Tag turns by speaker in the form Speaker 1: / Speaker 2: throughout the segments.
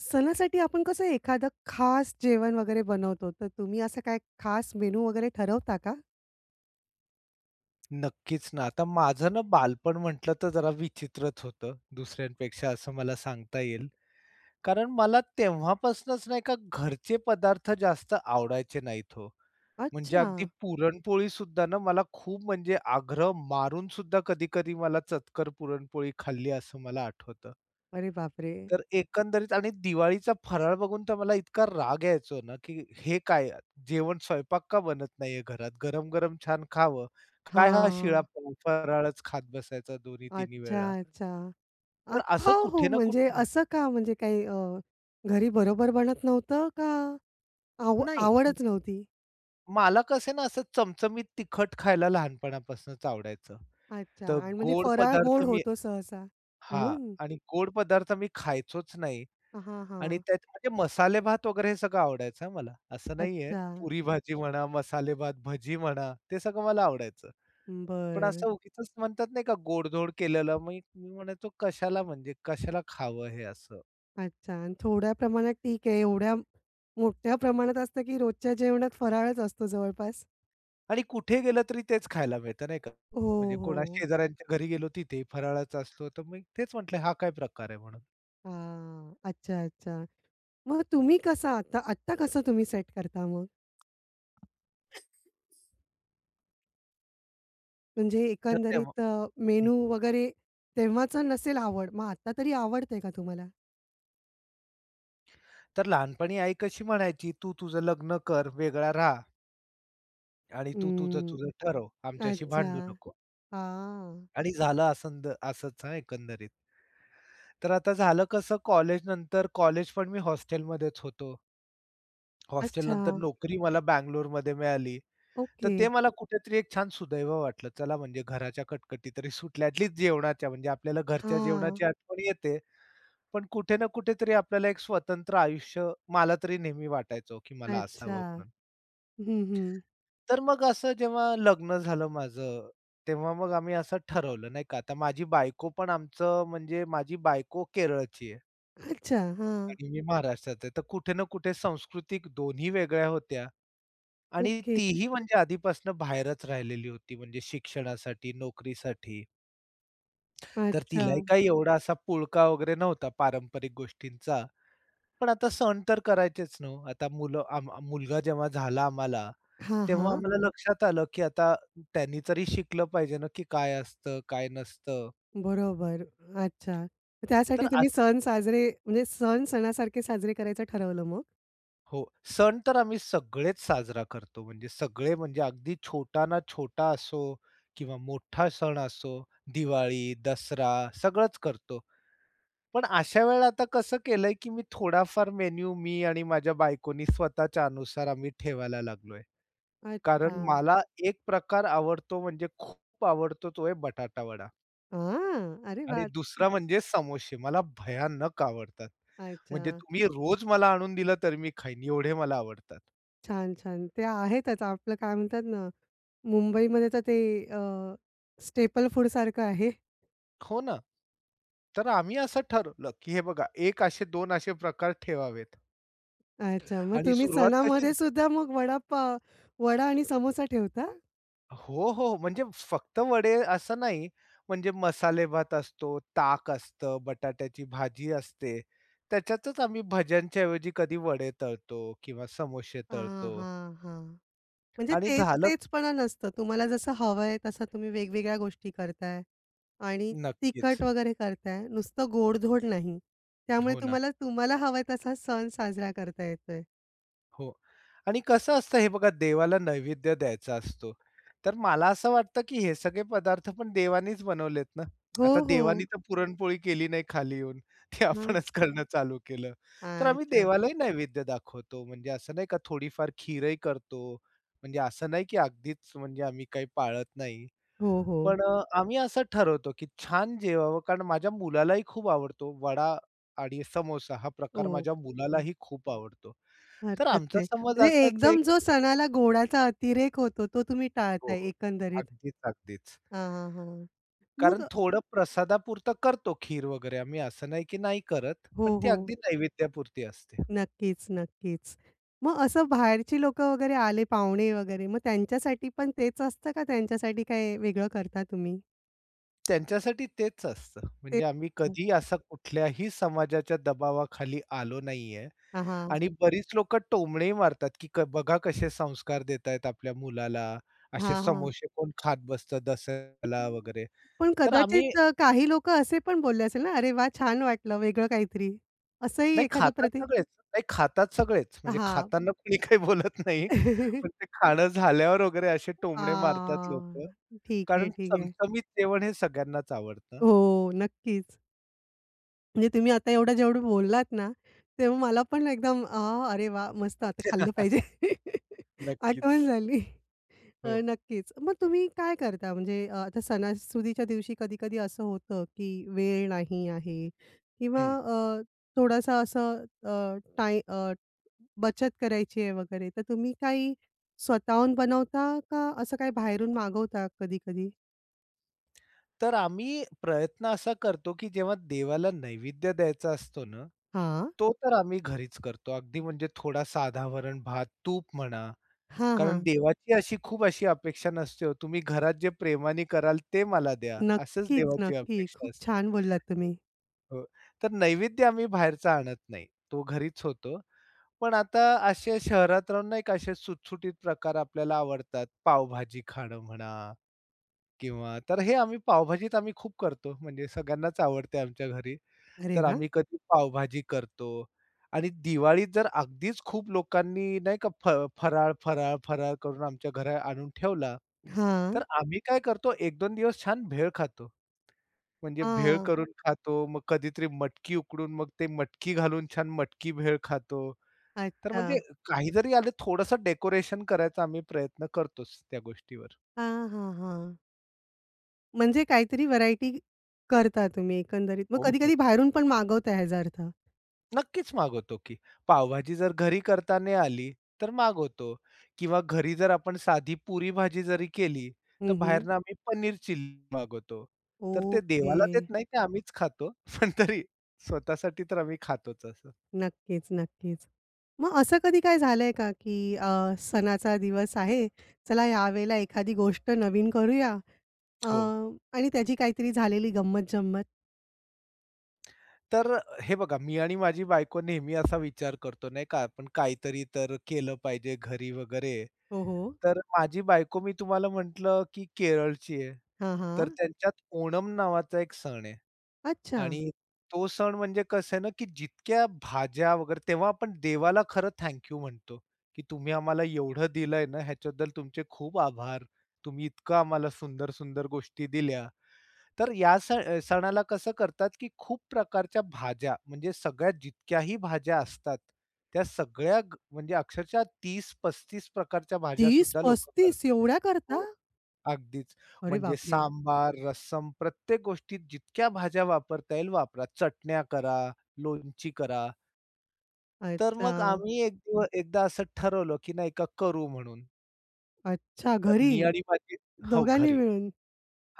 Speaker 1: सणासाठी आपण कसं एखादं खास जेवण वगैरे बनवतो, तर तुम्ही असं काय खास मेनू वगैरे ठरवता का?
Speaker 2: नक्कीच ना. आता माझं ना बालपण म्हटलं तर जरा विचित्रच होतं, दुसऱ्यांपेक्षा असं मला सांगता येईल. कारण मला तेव्हापासनंच नाही का घरचे पदार्थ जास्त आवडायचे नाहीत हो. म्हणजे
Speaker 1: अच्छा.
Speaker 2: अगदी पुरणपोळीसुद्धा ना मला खूप म्हणजे आग्रह मारून सुद्धा कधी-कधी मला चतकर पुरणपोळी खाल्ली असं मला आठवतं.
Speaker 1: अरे बापरे!
Speaker 2: तर एकंदरीत आणि दिवाळीचा फराळ बघून तर मला इतका राग यायचो ना, की हे काय जेवण स्वयंपाक का बनत नाहीये घरात? गरम-गरम छान खावं. काय हा
Speaker 1: हां.
Speaker 2: शिळा फराळच खात बसायचा 2-3
Speaker 1: अच्छा,
Speaker 2: वेळा.
Speaker 1: अच्छा.
Speaker 2: तर
Speaker 1: का
Speaker 2: असं
Speaker 1: हो?
Speaker 2: कुठे ना
Speaker 1: म्हणजे
Speaker 2: कुठे
Speaker 1: असं का? म्हणजे काही घरी बरोबर बनत नव्हतं का आव
Speaker 2: नाही,
Speaker 1: आवडच नव्हती?
Speaker 2: मला कसं ना असं चमचमीत तिखट खायला लहानपणापासूनच आवडायचं.
Speaker 1: अच्छा
Speaker 2: तर
Speaker 1: आणि म्हणजे
Speaker 2: गोड
Speaker 1: फराळ
Speaker 2: पदार्थ
Speaker 1: गोड
Speaker 2: मी
Speaker 1: होतो सहसा
Speaker 2: हां.
Speaker 1: म्हणून?
Speaker 2: आणि गोड पदार्थ मी खायचोच नाही.
Speaker 1: हां, हां.
Speaker 2: आणि त्यात म्हणजे मसाले भात वगैरे हे सगळं आवडायचं हां मला. असं नाहीये.
Speaker 1: अच्छा.
Speaker 2: पुरी भाजी म्हणा, मसाले भात, भजी म्हणा, ते सगळं मला आवडायचं. पण
Speaker 1: बरं.
Speaker 2: असं उगीचच म्हणतात नाही का गोडधोड केलेलं मी मी म्हणायचो कशाला म्हणजे कशाला खावं हे असं.
Speaker 1: अच्छा आणि थोड्या प्रमाणात ठीक आहे. एवढ्या मोठ्या प्रमाणात असतं, की रोजच्या जेवणात फराळच असतो जवळपास.
Speaker 2: आणि कुठे गेलं तरी तेच खायला मिळतं नाही का.
Speaker 1: हो,
Speaker 2: म्हणजे कोणा
Speaker 1: हो.
Speaker 2: शेजाऱ्यांच्या घरी गेलो तिथेही फराळाचा असतो. तर मी तेच म्हटलं हा काय प्रकार आहे म्हणून.
Speaker 1: हां. अच्छा, अच्छा. मग तुम्ही कसा आता आत्ता कसं तुम्ही सेट करता मग? म्हणजे
Speaker 2: तर तेव्हा
Speaker 1: एकंदरीत
Speaker 2: हं.
Speaker 1: मेनू वगैरे तेव्हाचं नसेल आवड, मग आता तरी आवडते का तुम्हाला?
Speaker 2: तर लहानपणी आई कशी म्हणायची, "तू तुझं लग्न कर, वेगळा राहा आणि तू तुझं
Speaker 1: हं.
Speaker 2: तुझं ठरव. आमच्याशी
Speaker 1: अच्छा.
Speaker 2: भांडू नको."
Speaker 1: हां.
Speaker 2: आणि झालं असंच हां, एकंदरीत. तर आता झालं कसं कॉलेज नंतर। कॉलेज पण मी हॉस्टेलमध्येच होतो.
Speaker 1: अच्छा.
Speaker 2: हॉस्टेलनंतर नोकरी मला बंगलोरमध्ये मिळाली. तर
Speaker 1: ओके.
Speaker 2: ते मला कुठेतरी एक छान सुदैव वाटलं. चला म्हणजे घराच्या कटकटी तरी सुटल्या ॲट जेवणाच्या म्हणजे आपल्याला घरच्या
Speaker 1: हां.
Speaker 2: जेवणाची आठवण येते. पण कुठे ना कुठेतरी आपल्याला एक स्वतंत्र आयुष्य मला तरी नेहमी वाटायचं, हो, की मला असावं
Speaker 1: अच्छा.
Speaker 2: म्हणून.
Speaker 1: हं, हं.
Speaker 2: तर मग असं जेव्हा लग्न झालं माझं, तेव्हा मग आम्ही असं ठरवलं नाही का, आता माझी बायको पण आमचं म्हणजे माझी बायको केरळची आहे
Speaker 1: अच्छा. हां.
Speaker 2: आणि मी महाराष्ट्राचा आहे. तर कुठे ना कुठे सांस्कृतिक दोन्ही वेगळ्या होत्या आणि
Speaker 1: ओके.
Speaker 2: तीही म्हणजे आधीपासून बाहेरच राहिलेली होती म्हणजे शिक्षणासाठी, नोकरीसाठी. तर तिलाही
Speaker 1: अच्छा.
Speaker 2: काही एवढा असा पुळका वगैरे नव्हता पारंपरिक गोष्टींचा. पण आता सण तर करायचेच ना हो. आता मुलं मुलगा जेव्हा झाला आम्हाला
Speaker 1: हां,
Speaker 2: तेव्हा
Speaker 1: हां.
Speaker 2: आम्हाला लक्षात आलं, की आता त्यांनी तरी शिकलं पाहिजे ना, की काय असतं, काय नसतं.
Speaker 1: बरोबर. अच्छा. मग
Speaker 2: तर
Speaker 1: त्यासाठी
Speaker 2: अ
Speaker 1: तुम्ही सण साजरे म्हणजे सण सणासारखे साजरे करायचं ठरवलं मग?
Speaker 2: हो, सण तर आम्ही सगळेच साजरा करतो. म्हणजे सगळे म्हणजे अगदी छोटा ना छोटा असो किंवा मोठा सण असो, दिवाळी, दसरा सगळंच करतो. पण अशा वेळेला आता कसं केलंय, की मी थोडाफार मेन्यू मी आणि माझ्या बायकोनी स्वतःच्या अनुसार आम्ही ठेवायला लागलोय.
Speaker 1: अच्छा.
Speaker 2: कारण मला एक प्रकार आवडतो म्हणजे खूप आवडतो तो आहे बटाटा वडा.
Speaker 1: हां. अरे
Speaker 2: आणि
Speaker 1: वाह!
Speaker 2: दुसरा म्हणजे समोसे. मला भयानक आवडतात.
Speaker 1: अच्छा.
Speaker 2: म्हणजे तुम्ही रोज मला आणून दिलं तरी मी खाईन, एवढे मला आवडतात.
Speaker 1: छान, छान. ते आहेतच आपलं काय म्हणतात ना, मुंबईमध्ये तर ते अ, स्टेपल फूडसारखं आहे.
Speaker 2: हो ना. तर आम्ही असं ठरवलं, की हे बघा एक असे दोन असे प्रकार ठेवावेत
Speaker 1: अच्छा. मग
Speaker 2: आणि
Speaker 1: तुम्ही
Speaker 2: सुरुवात कशी
Speaker 1: सणामध्ये सुद्धा मग वडापाव वडा आणि समोसा ठेवता?
Speaker 2: हो, हो. हो. म्हणजे फक्त वडे असं नाही, म्हणजे मसाले भात असतो, ताक असतं, बटाट्याची भाजी असते. त्याच्यातच आम्ही भज्यांच्या ऐवजी कधी वडे तळतो किंवा समोसे
Speaker 1: हां,
Speaker 2: तळतो
Speaker 1: हां, हां. म्हणजे
Speaker 2: आणि
Speaker 1: तेच
Speaker 2: झालं
Speaker 1: तेचपणा नसतं. तुम्हाला जसं हवंय तसं तुम्ही वेगवेगळ्या गोष्टी करताय आणि
Speaker 2: नक्कीच.
Speaker 1: तिखट वगैरे करताय. नुसतं गोडधोड नाही. त्यामुळे
Speaker 2: हो ना.
Speaker 1: तुम्हाला तुम्हाला हवाय तसा सण साजरा करता येतोय.
Speaker 2: हो आणि कसं असतं हे बघा देवाला नैवेद्य द्यायचा असतो. तर मला असं वाटतं, की हे सगळे पदार्थ पण देवानीच बनवलेत ना.
Speaker 1: हो,
Speaker 2: आता
Speaker 1: हो.
Speaker 2: देवानी तर पुरणपोळी केली नाही खाली येऊन. ते
Speaker 1: हां.
Speaker 2: आपणच करणं चालू केलं. तर आम्ही
Speaker 1: अच्छा.
Speaker 2: देवालाही नैवेद्य दाखवतो. म्हणजे असं नाही का थोडीफार खीरही करतो. म्हणजे असं नाही, की अगदीच म्हणजे आम्ही काही पाळत नाही.
Speaker 1: हो, हो.
Speaker 2: आम्ही असं ठरवतो, की छान जेवावं कारण माझ्या मुलालाही खूप आवडतो वडा आणि समोसा हा प्रकार माझ्या
Speaker 1: ओके.
Speaker 2: मुलालाही खूप आवडतो. तर
Speaker 1: हरकत
Speaker 2: आमचा
Speaker 1: नाही.
Speaker 2: समज
Speaker 1: म्हणजे
Speaker 2: असाच एक
Speaker 1: एकदम जो सणाला गोडाचा अतिरेक होतो, तो तुम्ही
Speaker 2: हो,
Speaker 1: टाळताय
Speaker 2: हो.
Speaker 1: एकंदरीत.
Speaker 2: अगदीच, अगदीच.
Speaker 1: हां, हां, हां.
Speaker 2: कारण
Speaker 1: मग
Speaker 2: थोडं प्रसादापुरतं करतो खीर वगैरे आम्ही, असं नाही की नाही करत, पण
Speaker 1: हो,
Speaker 2: ती
Speaker 1: हो.
Speaker 2: अगदी नैवेद्यापुरती असते.
Speaker 1: नक्कीच, नक्कीच. मग असं बाहेरची लोकं वगैरे आले, पाहुणे वगैरे, मग त्यांच्यासाठी पण तेच असतं का? त्यांच्यासाठी काय वेगळं करता तुम्ही?
Speaker 2: त्यांच्यासाठी तेच असतं.
Speaker 1: ते
Speaker 2: म्हणजे आम्ही कधीही असं कुठल्याही समाजाच्या दबावाखाली आलो नाहीये
Speaker 1: हां, हां.
Speaker 2: आणि बरीच लोकं टोमणेही मारतात, की बघा कसे संस्कार देतायत आपल्या मुलाला, असे
Speaker 1: हां, हां.
Speaker 2: समोसे कोण खात बसतं दसऱ्याला वगैरे.
Speaker 1: पण
Speaker 2: तर आम्ही
Speaker 1: कदाचित काही लोकं असे पण बोलले असेल ना, "अरे वाह! छान वाटलं, वेगळं काहीतरी." असंही
Speaker 2: नाही
Speaker 1: एखादं
Speaker 2: खातात
Speaker 1: प्रति
Speaker 2: सगळेच, नाही खातात सगळेच. म्हणजे
Speaker 1: हां.
Speaker 2: खाताना कोणी काही बोलत नाही. पण ते खाणं झाल्यावर वगैरे असे टोमणे मारतात
Speaker 1: आ,
Speaker 2: लोकं.
Speaker 1: ठीक आहे,
Speaker 2: कारण
Speaker 1: ठीक आहे.
Speaker 2: चमचमीत जेवण हे सगळ्यांनाच आवडतं.
Speaker 1: हो, नक्कीच. म्हणजे तुम्ही आता एवढं जेवढं बोललात ना, तेव्हा मला पण एकदम आह! अरे वाह! मस्त आता खाल्लं पाहिजे.
Speaker 2: नक्कीच.
Speaker 1: आठवण झाली.
Speaker 2: हो.
Speaker 1: नक्कीच. मग तुम्ही काय करता म्हणजे आता सणासुदीच्या दिवशी कधी-कधी असं होतं, की वेळ नाही आहे किंवा
Speaker 2: हं.
Speaker 1: थोडासा असं बचत करायची आहे वगैरे, तर तुम्ही काही स्वतःहून बनवता का असं काही बाहेरून मागवता कधी-कधी?
Speaker 2: तर आम्ही प्रयत्न असा करतो, की जेव्हा देवाला नैवेद्य द्यायचा असतो ना,
Speaker 1: हां.
Speaker 2: तो तर आम्ही घरीच करतो. अगदी म्हणजे थोडा साधा भात तूप म्हणा
Speaker 1: हां,
Speaker 2: कारण
Speaker 1: हां.
Speaker 2: देवाची अशी खूप अशी अपेक्षा नसते हो. तुम्ही घरात जे प्रेमाने कराल ते मला द्या, असंच हो.
Speaker 1: नक्कीच,
Speaker 2: देवाची
Speaker 1: नक्की.
Speaker 2: अपेक्षा
Speaker 1: खूप
Speaker 2: असते.
Speaker 1: छान बोललात तुम्ही.
Speaker 2: हो. तर नैवेद्य आम्ही बाहेरचा आणत नाही. तो घरीच होतो. पण आता असे शहरात राहून नाही का असे सुटसुटीत प्रकार आपल्याला आवडतात. पावभाजी खाणं म्हणा किंवा तर हे आम्ही पावभाजीत आम्ही खूप करतो. म्हणजे सगळ्यांनाच आवडते आमच्या घरी.
Speaker 1: अरे
Speaker 2: तर
Speaker 1: वाह!
Speaker 2: आम्ही कधी पावभाजी करतो आणि दिवाळीत जर अगदीच खूप लोकांनी नाही का फराळ, फराळ, फराळ करून आमच्या घरात आणून ठेवला, तर
Speaker 1: हां,
Speaker 2: आम्ही काय करतो एक दोन दिवस छान भेळ खातो. म्हणजे भेळ
Speaker 1: हां.
Speaker 2: करून खातो, मग कधीतरी मटकी उकडून मग ते मटकी घालून छान मटकी भेळ खातो. तर
Speaker 1: अच्छा.
Speaker 2: म्हणजे काही जरी आलं थोडंसं डेकोरेशन करायचा आम्ही प्रयत्न करतोच त्या गोष्टीवर.
Speaker 1: हां, हां, हां. म्हणजे काहीतरी व्हरायटी करता तुम्ही एकंदरीत. मग
Speaker 2: हो, हो.
Speaker 1: कधी-कधी बाहेरून पण मागवता ह्याचा अर्थ.
Speaker 2: नक्कीच मागवतो की. पावभाजी जर घरी करता नाही आली, तर मागवतो किंवा घरी जर आपण साधी पुरी-भाजी जरी केली, तर
Speaker 1: हं, हं.
Speaker 2: बाहेरनं आम्ही पनीर चिल्ली मागवतो. तर ते
Speaker 1: ओके.
Speaker 2: देवाला देत नाही, ते आम्हीच खातो. पण तरी स्वतःसाठी तर आम्ही खातोच असं.
Speaker 1: नक्कीच, नक्कीच. मग असं कधी काय झालंय का, की सणाचा दिवस आहे, चला यावेळेला एखादी गोष्ट नवीन करूया अ,
Speaker 2: हो.
Speaker 1: आणि त्याची काहीतरी झालेली गंमत-जंमत?
Speaker 2: तर हे बघा, मी आणि माझी बायको नेहमी असा विचार करतो नाही का, आपण काहीतरी तर केलं पाहिजे घरी वगैरे.
Speaker 1: हो, हो.
Speaker 2: तर माझी बायको मी तुम्हाला म्हटलं, की केरळची आहे.
Speaker 1: हां,
Speaker 2: तर
Speaker 1: हां.
Speaker 2: त्यांच्यात ओणम नावाचा एक सण आहे.
Speaker 1: अच्छा.
Speaker 2: आणि तो सण म्हणजे कसं आहे ना, की जितक्या भाज्या वगैरे तेव्हा आपण देवाला खरं थँक यू म्हणतो, की तुम्ही आम्हाला एवढं दिलंय ना, ह्याच्याबद्दल तुमचे खूप आभार. तुम्ही इतकं आम्हाला सुंदर-सुंदर गोष्टी दिल्या. तर या सणाला कसं करतात, की खूप प्रकारच्या भाज्या म्हणजे सगळ्या जितक्याही भाज्या असतात, त्या सगळ्या म्हणजे अक्षरशः 30-35 प्रकारच्या भाज्यासुद्धा लोकं करतात.
Speaker 1: 30-35 एवढ्या करता?
Speaker 2: हो. अगदीच.
Speaker 1: अरे
Speaker 2: म्हणजे
Speaker 1: बापरे!
Speaker 2: सांबार, रस्सम प्रत्येक गोष्टीत जितक्या भाज्या वापरता येईल वापरा. चटण्या करा, लोणची करा. तर
Speaker 1: अच्छा.
Speaker 2: मग आम्ही एक दिव एकदा असं ठरवलं, की नाही का करू म्हणून.
Speaker 1: अच्छा,
Speaker 2: तर मी
Speaker 1: घरी?
Speaker 2: आणि माझी हो,
Speaker 1: दोघांनी
Speaker 2: घरी.
Speaker 1: मिळून?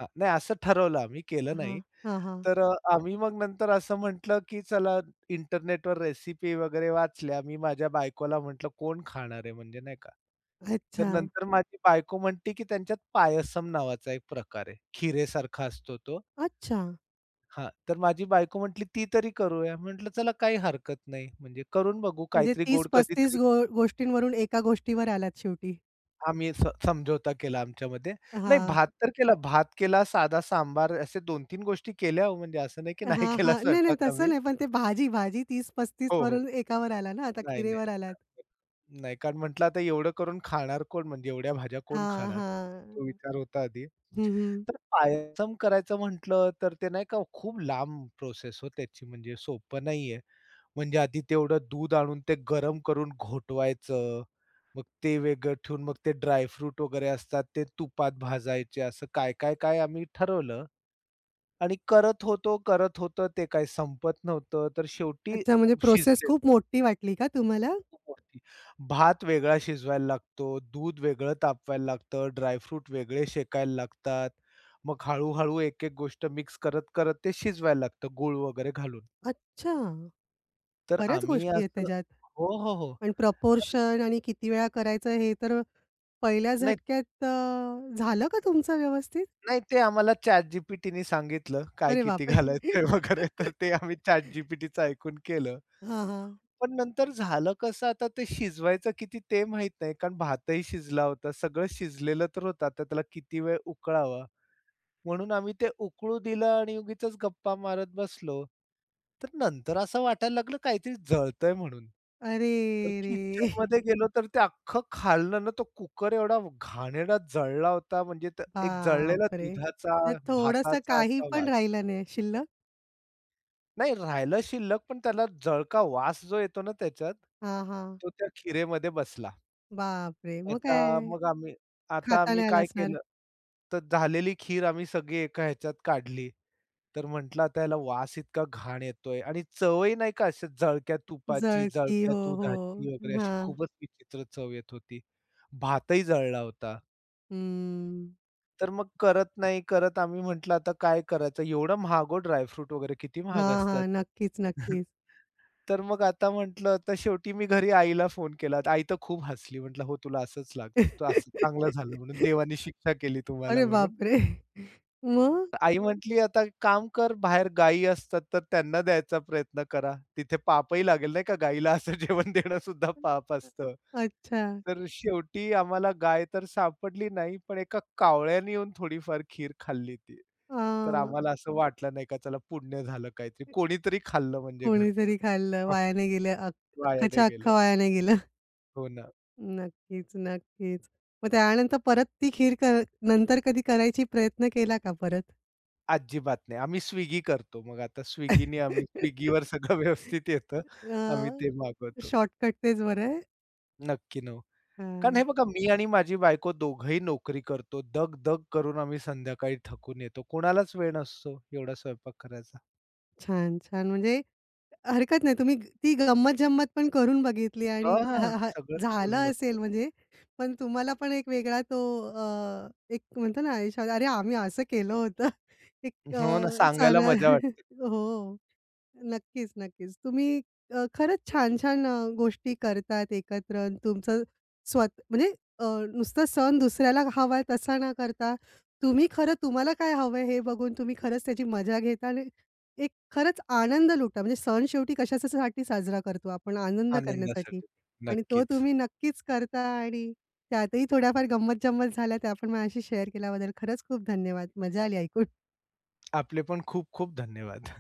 Speaker 2: हां, नाही असं ठरवलं आम्ही, केलं
Speaker 1: हां.
Speaker 2: नाही.
Speaker 1: हां, हां.
Speaker 2: आम्ही मग नंतर असं म्हटलं, की चला इंटरनेटवर रेसिपी वगैरे वाचल्या. मी माझ्या बायकोला म्हटलं, "कोण खाणार आहे?" म्हणजे नाही का. तर
Speaker 1: अच्छा,
Speaker 2: नंतर माझी बायको म्हणते, की त्यांच्यात पायसम नावाचा एक प्रकार आहे. खिरेसारखा असतो तो.
Speaker 1: अच्छा.
Speaker 2: हां, तर माझी बायको म्हटली, "ती तरी करूया." म्हटलं, "चला काही हरकत नाही, म्हणजे करून बघू
Speaker 1: म्हणजे
Speaker 2: काहीतरी
Speaker 1: 30
Speaker 2: गोड."
Speaker 1: पस्तीस
Speaker 2: कधीतरी
Speaker 1: गो गोष्टींवरून एका गोष्टीवर आलात शेवटी.
Speaker 2: आम्ही समझोता केला आमच्यामध्ये. नाही
Speaker 1: हां.
Speaker 2: भात तर केला, भात केला, साधा सांबार असे 2-3 गोष्टी केल्या हो, म्हणजे असं नाही की नाही
Speaker 1: हां,
Speaker 2: केला
Speaker 1: हां. नाही, नाही
Speaker 2: स्वयंपाक
Speaker 1: तसं
Speaker 2: आम्ही.
Speaker 1: नाही, पण ते भाजी 30-35
Speaker 2: हो, हो.
Speaker 1: वरून एकावर आला ना, आता
Speaker 2: नाही, नाही.
Speaker 1: खिरेवर आलात.
Speaker 2: नाही, कारण म्हटलं आता एवढं करून खाणार कोण? म्हणजे एवढ्या भाज्या कोण
Speaker 1: हां,
Speaker 2: खाणार? तो
Speaker 1: हां.
Speaker 2: विचार होता आधी.
Speaker 1: हं, हं.
Speaker 2: तर पायसम करायचं म्हटलं, तर ते नाही का खूप लांब प्रोसेस हो त्याची, म्हणजे सोपं नाहीये. म्हणजे आधी तेवढं दूध आणून ते गरम करून घोटवायचं. मग ते वेगळं ठेवून मग ते ड्रायफ्रूट वगैरे असतात ते तुपात भाजायचे असं काय-काय, काय काय आम्ही ठरवलं आणि करत होतो. ते काही संपत नव्हतं. तर शेवटी
Speaker 1: अच्छा, म्हणजे प्रोसेस
Speaker 2: शिजले
Speaker 1: खूप मोठी वाटली का तुम्हाला?
Speaker 2: खूप मोठी. भात वेगळा शिजवायला लागतो, दूध वेगळं तापवायला लागतं, ड्रायफ्रूट वेगळे शेकायला लागतात. मग हळू एक-एक गोष्ट मिक्स करत-करत ते शिजवायला लागतं गूळ वगैरे घालून.
Speaker 1: अच्छा,
Speaker 2: तर
Speaker 1: बऱ्याच
Speaker 2: आम्ही
Speaker 1: गोष्टी आहेत
Speaker 2: असं
Speaker 1: त्याच्यात.
Speaker 2: हो, हो, हो.
Speaker 1: पण
Speaker 2: तर
Speaker 1: प्रपोर्शन आणि किती वेळा करायचं हे तर पहिल्या
Speaker 2: नाही
Speaker 1: झटक्यात झालं का तुमचं व्यवस्थित?
Speaker 2: नाही ते आम्हाला ChatGPTनी सांगितलं, काय
Speaker 1: अरे
Speaker 2: किती
Speaker 1: बापरे!
Speaker 2: घालायचंय वगैरे तर ते आम्ही ChatGPTच ऐकून केलं.
Speaker 1: हां, हां.
Speaker 2: पण नंतर झालं कसं आता ते शिजवायचं किती ते माहीत नाही कारण भातही शिजला होता, सगळं शिजलेलं तर होतं. आता त्याला किती वेळ उकळावा? म्हणून आम्ही ते उकळू दिलं आणि उगीचच गप्पा मारत बसलो. तर नंतर असं वाटायला लागलं काहीतरी जळतंय म्हणून.
Speaker 1: अरे
Speaker 2: तर
Speaker 1: रे!
Speaker 2: किचनमध्ये गेलो तर ते अख्खं खाल्लं ना तो कुकर एवढा घाणेरडा जळला होता म्हणजे एक जळलेला
Speaker 1: बापरे!
Speaker 2: दुधाचा,
Speaker 1: म्हणजे थोडंसं
Speaker 2: भाताचा
Speaker 1: काही
Speaker 2: असा
Speaker 1: पण
Speaker 2: वास.
Speaker 1: राहिलं नाही शिल्लक?
Speaker 2: नाही राहिलं शिल्लक पण त्याला जळका वास जो येतो ना त्याच्यात,
Speaker 1: हां, हां.
Speaker 2: तो त्या खिरेमध्ये बसला.
Speaker 1: बापरे! मग
Speaker 2: आता
Speaker 1: काय
Speaker 2: मग आम्ही आता
Speaker 1: खाता
Speaker 2: आम्ही
Speaker 1: नाही आलं
Speaker 2: काय
Speaker 1: असणार.
Speaker 2: केलं, तर झालेली खीर आम्ही सगळी एका ह्याच्यात काढली. तर म्हटलं आता याला वास इतका घाण येतोय आणि चवही नाही का अशी जळक्या तुपाची,
Speaker 1: जळकी.
Speaker 2: जळक्या
Speaker 1: हो, हो.
Speaker 2: दुधाची वगैरे अशी
Speaker 1: हां.
Speaker 2: खूपच विचित्र चव येत होती. भातही जळला होता.
Speaker 1: हं.
Speaker 2: तर मग करत नाही करत आम्ही म्हटलं आता काय करायचं? एवढं महाग हो ड्रायफ्रूट वगैरे किती महाग
Speaker 1: हां, हां.
Speaker 2: असतात.
Speaker 1: नक्कीच, नक्कीच.
Speaker 2: तर मग आता म्हटलं तर शेवटी मी घरी आईला फोन केला. तर आई तर खूप हसली. म्हटलं, "हो, तुला असंच लागलं. तू असं चांगलं झालं म्हणून देवाने शिक्षा केली तुम्हाला
Speaker 1: अरे
Speaker 2: म्हणून."
Speaker 1: बापरे! मग?
Speaker 2: तर आई म्हटली, "आता काम कर, बाहेर गायी असतात तर त्यांना द्यायचा प्रयत्न करा. तिथे पापही लागेल नाही का, गाईला असं जेवण देणं सुद्धा पाप असतं."
Speaker 1: अच्छा.
Speaker 2: तर शेवटी आम्हाला गाय तर सापडली नाही, पण एका कावळ्याने येऊन थोडीफार खीर खाल्ली ती. तर
Speaker 1: हां.
Speaker 2: आम्हाला असं वाटलं नाही का, चला पुण्य झालं काहीतरी. कोणीतरी खाल्लं म्हणजे घरचं.
Speaker 1: कोणीतरी खाल्लं, वाया नाही गेलं. अ
Speaker 2: वाया नाही
Speaker 1: अख्खाच्या
Speaker 2: गेलं.
Speaker 1: अख्खं वाया नाही गेलं.
Speaker 2: हो ना.
Speaker 1: नक्कीच, नक्कीच. मग त्यानंतर परत ती खीर क नंतर कधी करायची प्रयत्न केला का परत?
Speaker 2: अजिबात नाही. आम्ही Swiggy करतो. मग आता Swiggyनी आम्ही Swiggyवर सगळं व्यवस्थित येतं.
Speaker 1: अ,
Speaker 2: आम्ही ते मागवतो.
Speaker 1: शॉर्टकट तेच बरं आहे.
Speaker 2: नक्की ना हो. कारण हे
Speaker 1: हां.
Speaker 2: बघा मी आणि माझी बायको दोघंही नोकरी करतो. दग-दग करून आम्ही संध्याकाळी थकून येतो. कोणालाच वेळ नसतो एवढा स्वयंपाक करायचा.
Speaker 1: छान, छान. म्हणजे हरकत नाही. तुम्ही ती गंमत-जंमत पण करून बघितली आणि हां,
Speaker 2: हां,
Speaker 1: हां,
Speaker 2: सगळंच करून
Speaker 1: झालं
Speaker 2: बघतो.
Speaker 1: असेल म्हणजे पण तुम्हाला पण एक वेगळा तो अ, एक म्हणतो ना आयुष्यात, "अरे, आम्ही असं केलं होतं." एक
Speaker 2: हो ना, सांगायला
Speaker 1: सण
Speaker 2: मजा वाटते
Speaker 1: हो. नक्कीच, नक्कीच. खरंच छान-छान गोष्टी करतात एकत्र अन् तुमचं स्वत म्हणजे अ, नुसता सण दुसऱ्याला हवा तसा न करता, तुम्ही खरं तुम्हाला काय हवं हे बघून तुम्ही खरंच त्याची मजा घेता आणि एक खरंच आनंद लुटा. म्हणजे सण शेवटी कशासाठी साजरा करतो आपण आनंद करण्यासाठी
Speaker 2: आनंदासाठी.
Speaker 1: आणि तो
Speaker 2: नक्कीच.
Speaker 1: तुम्ही नक्कीच करता आणि त्यातही थोड्याफार गंमत-जंमत झाल्या त्या पण माझ्याशी शेअर केल्याबद्दल खरंच खूप धन्यवाद. मजा आली ऐकून.
Speaker 2: आपले पण खूप खूप धन्यवाद.